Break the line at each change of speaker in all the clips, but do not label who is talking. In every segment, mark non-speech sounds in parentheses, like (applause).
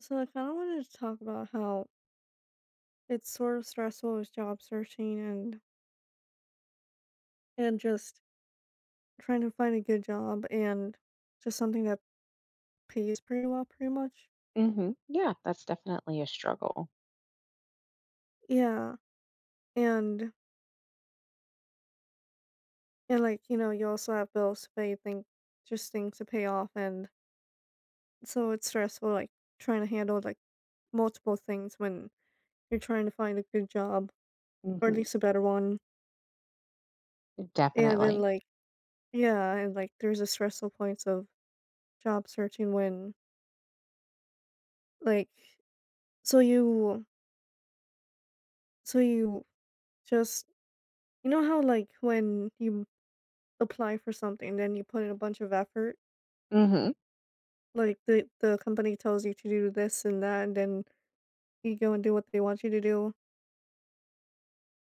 So I kind of wanted to talk about how it's sort of stressful with job searching and just trying to find a good job and just something that pays pretty well, pretty much.
Yeah, that's definitely a struggle.
Yeah, and and like, you also have bills to pay, think just things to pay off, and so it's stressful, like trying to handle like multiple things when you're trying to find a good job or at
hmm
least a better one, and then,
Definitely.
like, yeah, and, like, there's the stressful points of job searching when, like, so you So you just, you know how like when you apply for something, then you put in a bunch of effort?
hmm
Like, the company tells you to do this and that, and then you go and do what they want you to do,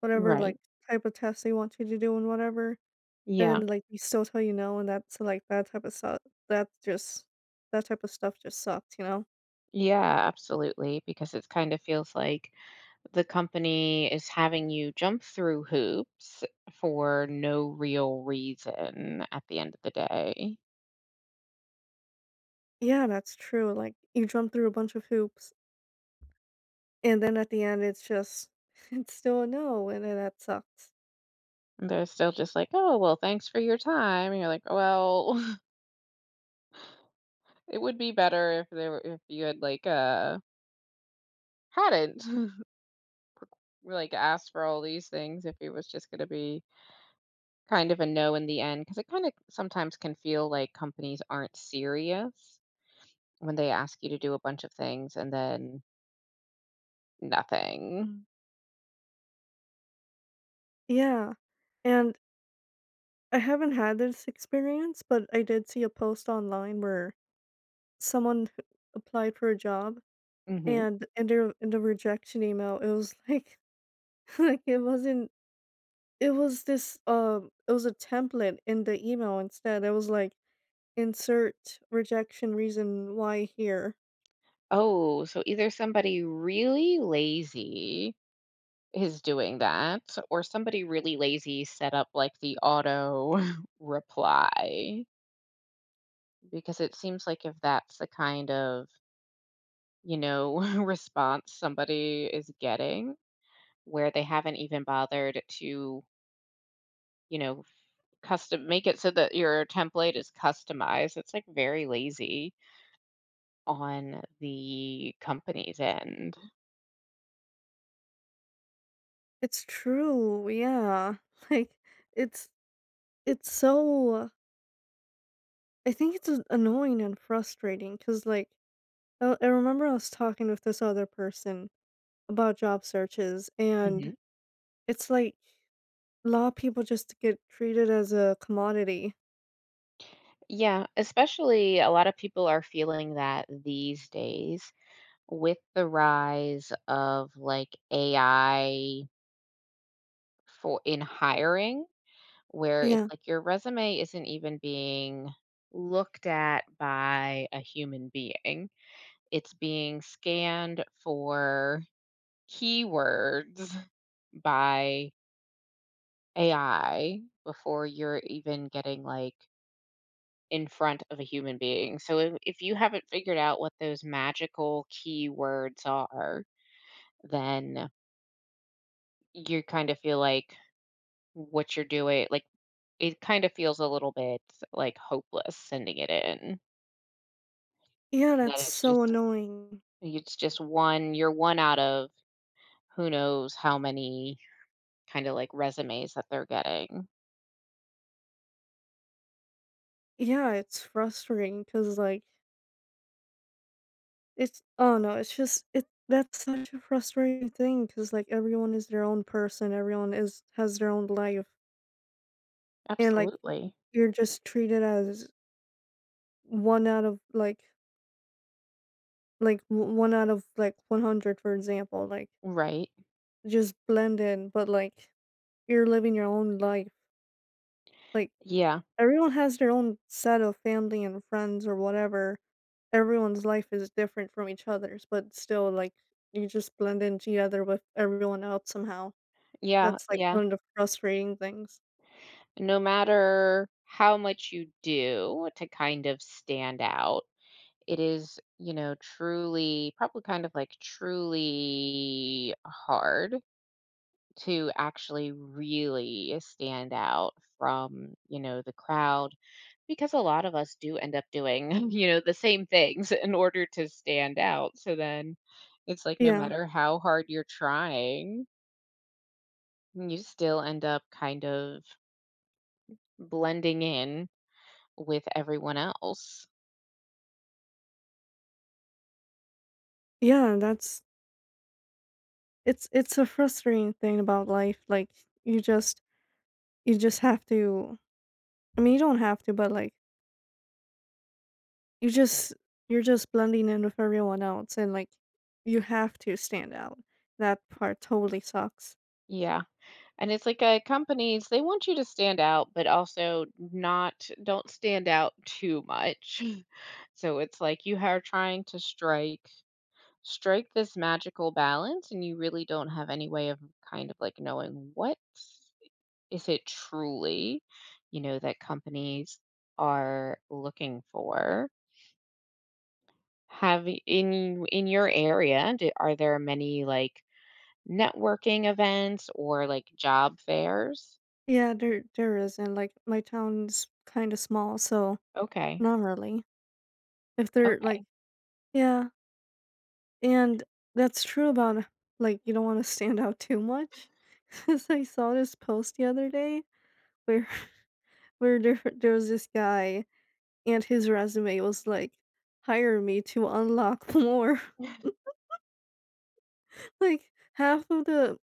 whatever,
Right.
like, type of test they want you to do and whatever, and
Yeah.
then, like, they still tell you no, and that's like that type of stuff. That's just that type of stuff just sucks, you know?
Yeah, absolutely. Because it kind of feels like the company is having you jump through hoops for no real reason at the end of the day.
Yeah, that's true. Like, you jump through a bunch of hoops, and then at the end, it's just (laughs) it's still a no, and then that sucks.
They're still just like, oh, well, thanks for your time. And you're like, well, (laughs) it would be better if there were, if you had like hadn't (laughs) like asked for all these things if it was just gonna be kind of a no in the end because it kinda sometimes can feel like companies aren't serious when they ask you to do a bunch of things and then nothing.
Yeah, and I haven't had this experience, but I did see a post online where someone (laughs) applied for a job,
Mhm.
and in the rejection email it was like (laughs) like it wasn't, it was a template in the email instead. It was like, "Insert rejection reason why here."
Oh, so either somebody really lazy is doing that, or somebody really lazy set up, like, the auto (laughs) reply, because it seems like if that's the kind of, you know, (laughs) response somebody is getting, where they haven't even bothered to, you know, custom make it so that your template is customized. It's, like, very lazy on the company's end.
It's true, yeah. (laughs) Like, it's it's so, I think it's annoying and frustrating because, like, I remember I was talking with this other person about job searches, and
Mhm.
it's like a lot of people just get treated as a commodity.
Yeah, especially a lot of people are feeling that these days with the rise of, like, AI for in hiring, where it's
Yeah.
like your resume isn't even being looked at by a human being. It's being scanned for keywords by AI before you're even getting like in front of a human being. So if you haven't figured out what those magical keywords are, then you kind of feel like what you're doing, like it kind of feels a little bit like hopeless sending it in.
Yeah,
That
that's so annoying.
it's just one you're one out of who knows how many kind of like resumes that they're getting.
Yeah, it's frustrating because, like, it's, oh no, it's just it, that's such a frustrating thing because, like, everyone is their own person, everyone is has their own life, and, like,
Absolutely.
you're just treated as one out of, like, o one out of, like, 100, for example, like,
Right.
just blend in, but, like, you're living your own life, like,
Yeah,
everyone has their own set of family and friends or whatever. Everyone's life is different from each other's, but still, like, you just blend in together with everyone else somehow.
yeah,
That's, like,
yeah.
one of the frustrating things.
No matter how much you do to kind of stand out, it is, you know, truly, probably kind of like truly hard to actually really stand out from, you know, the crowd because a lot of us do end up doing, (laughs) you know, the same things in order to stand out. So then it's like no
Yeah.
matter how hard you're trying, you still end up kind of blending in with everyone else.
Yeah, that's it's a frustrating thing about life, like, you just you just have to, I mean, you don't have to, but, like, you just you're just blending in with everyone else, and, like, you have to stand out. That part totally sucks.
Yeah. And it's like companies, they want you to stand out, but also not, don't stand out too much. (laughs) So it's like you are trying to strike this magical balance, and you really don't have any way of kind of like knowing what is it truly, you know, that companies are looking for. Have in your area, do, are there many like networking events or, like, job fairs?
Yeah, there isn't, like, my town's kinda small, so
Okay,
not really. If they're like,
okay.
yeah, and that's true about, like, you don't wanna stand out too much, (laughs) 'cause I saw this post the other day where (laughs) where there was this guy, and his resume was like, "Hire me to unlock more." (laughs) Like, half of the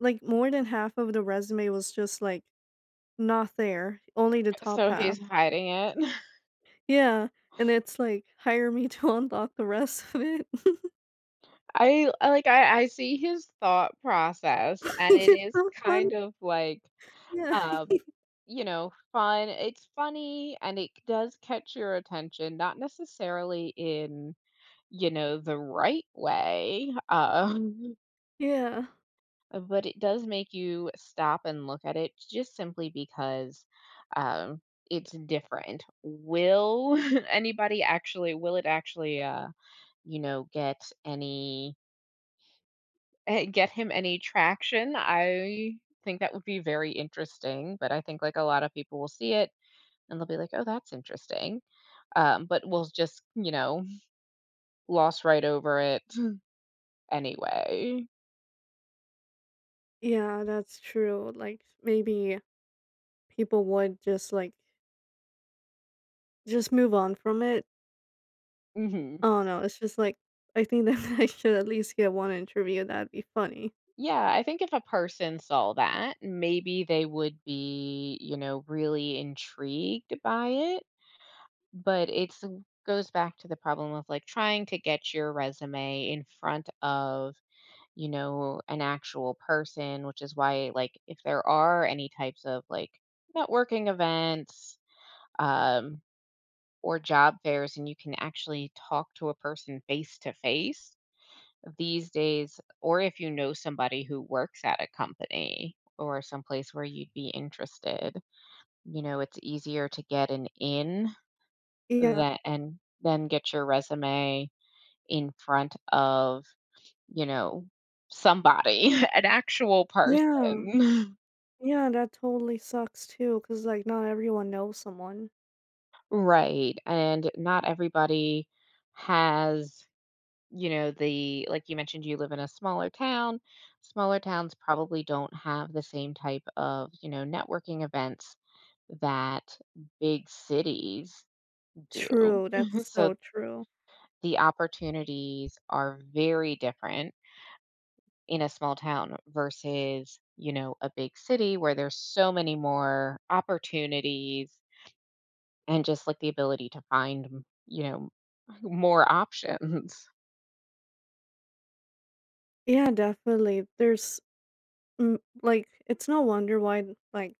like, more than half of the resume was just, like, not there, only the
(laughs)
top
So
half.
he's hiding it. (laughs)
Yeah, and it's like, "Hire me (laughs) to unlock the rest of it." (laughs)
I like, I see his thought process, and
Like,
it
it's
is
so fun.
kind of, like,
Yeah.
um, you know, fun. It's funny, and it does catch your attention, not necessarily in, you know, the right way, (laughs)
Yeah.
But it does make you stop and look at it just simply because um, it's different. Will (laughs) anybody actually? Will it actually? You know, get any get him any traction? I think that would be very interesting. But I think like a lot of people will see it and they'll be like, "Oh, that's interesting," but we'll just (laughs) gloss right over it (laughs) anyway.
Yeah, that's true, like, maybe people would just, like, just move on from it.
hmm
I don't know, it's just like, I think that (laughs) I should at least get one interview, that'd be funny.
Yeah, I think if a person saw that, maybe they would be, you know, really intrigued by it. But it's goes back to the problem of like trying to get your resume in front of, you know, an actual person, which is why like if there are any types of like networking events, um, or job fairs and you can actually talk to a person face to face, these days, or if you know somebody who works at a company or someplace where you'd be interested, you know, it's easier to get an in
Yeah.
that and then get your resume in front of, you know, somebody, (laughs) an actual
Yeah.
person.
Yeah, that totally sucks too. Cause like, not everyone knows someone.
(laughs) Right. And not everybody has you know, the like you mentioned, you live in a smaller town. Smaller towns probably don't have the same type of, you know, networking events that big cities do.
True,
(laughs)
that's
So
so true.
the opportunities are very different in a small town versus, you know, a big city where there's so many more opportunities and just like the ability to find, m- you know, (laughs) more options.
Yeah, definitely. There's, like, it's no wonder why, like,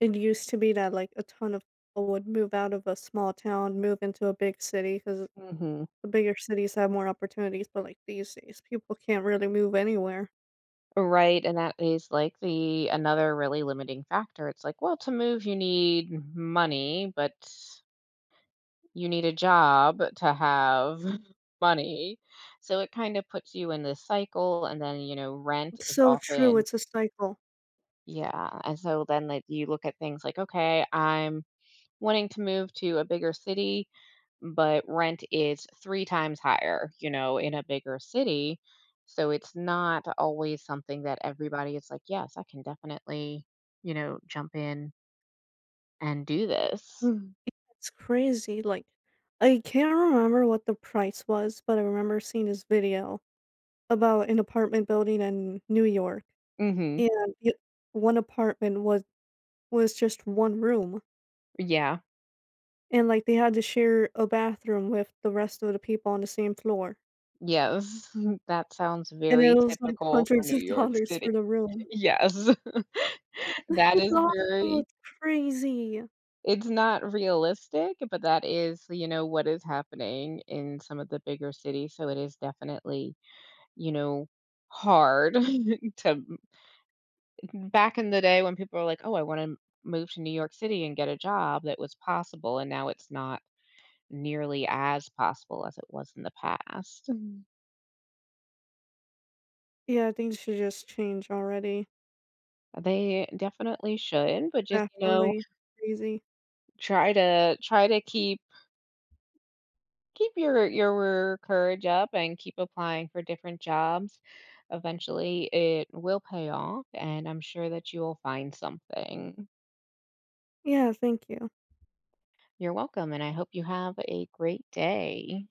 it used to be that, like, a ton of people would move out of a small town, move into a big city because
hmm
the bigger cities have more opportunities, but, like, these days, people can't really move anywhere.
Right, and that is like the another really limiting factor. It's like, well, to move you need money, but you need a job to have (laughs) money. So it kind of puts you in this cycle and then, you know, rent
It's
is
so true,
often
it's a cycle.
yeah. And so then like you look at things like, okay, I'm wanting to move to a bigger city but rent is 3 times higher, you know, in a bigger city. So it's not always something that everybody is like, "Yes, I can definitely, you know, jump in and do this."
It's crazy, like, I can't remember what the price was, but I remember seeing this video about an apartment building in New York,
Mhm.
and y one apartment was just one room,
Yeah.
and, like, they had to share a bathroom with the rest of the people on the same floor.
Yes. (laughs) That sounds
And it
very
was, like,
typical for
hundreds
New
of
York
dollars
City.
for the
(laughs)
room.
Yes. (laughs)
Like,
That
it's
is
all oh,
very
it's crazy.
it's not realistic, but that is, you know, what is happening in some of the bigger cities, so it is definitely you know, hard (laughs) to back in the day when people were like, "Oh, I wanna move to New York City and get a job," that was possible, and now it's not nearly as possible as it was in the past. Mhm.
Yeah, things should just change already.
They definitely should, but just, you know,
Definitely. Crazy.
try to keep your courage up and keep applying for different jobs. Eventually, it will pay off, and I'm sure that you will find something.
Yeah, thank you.
You're welcome, and I hope you have a great day.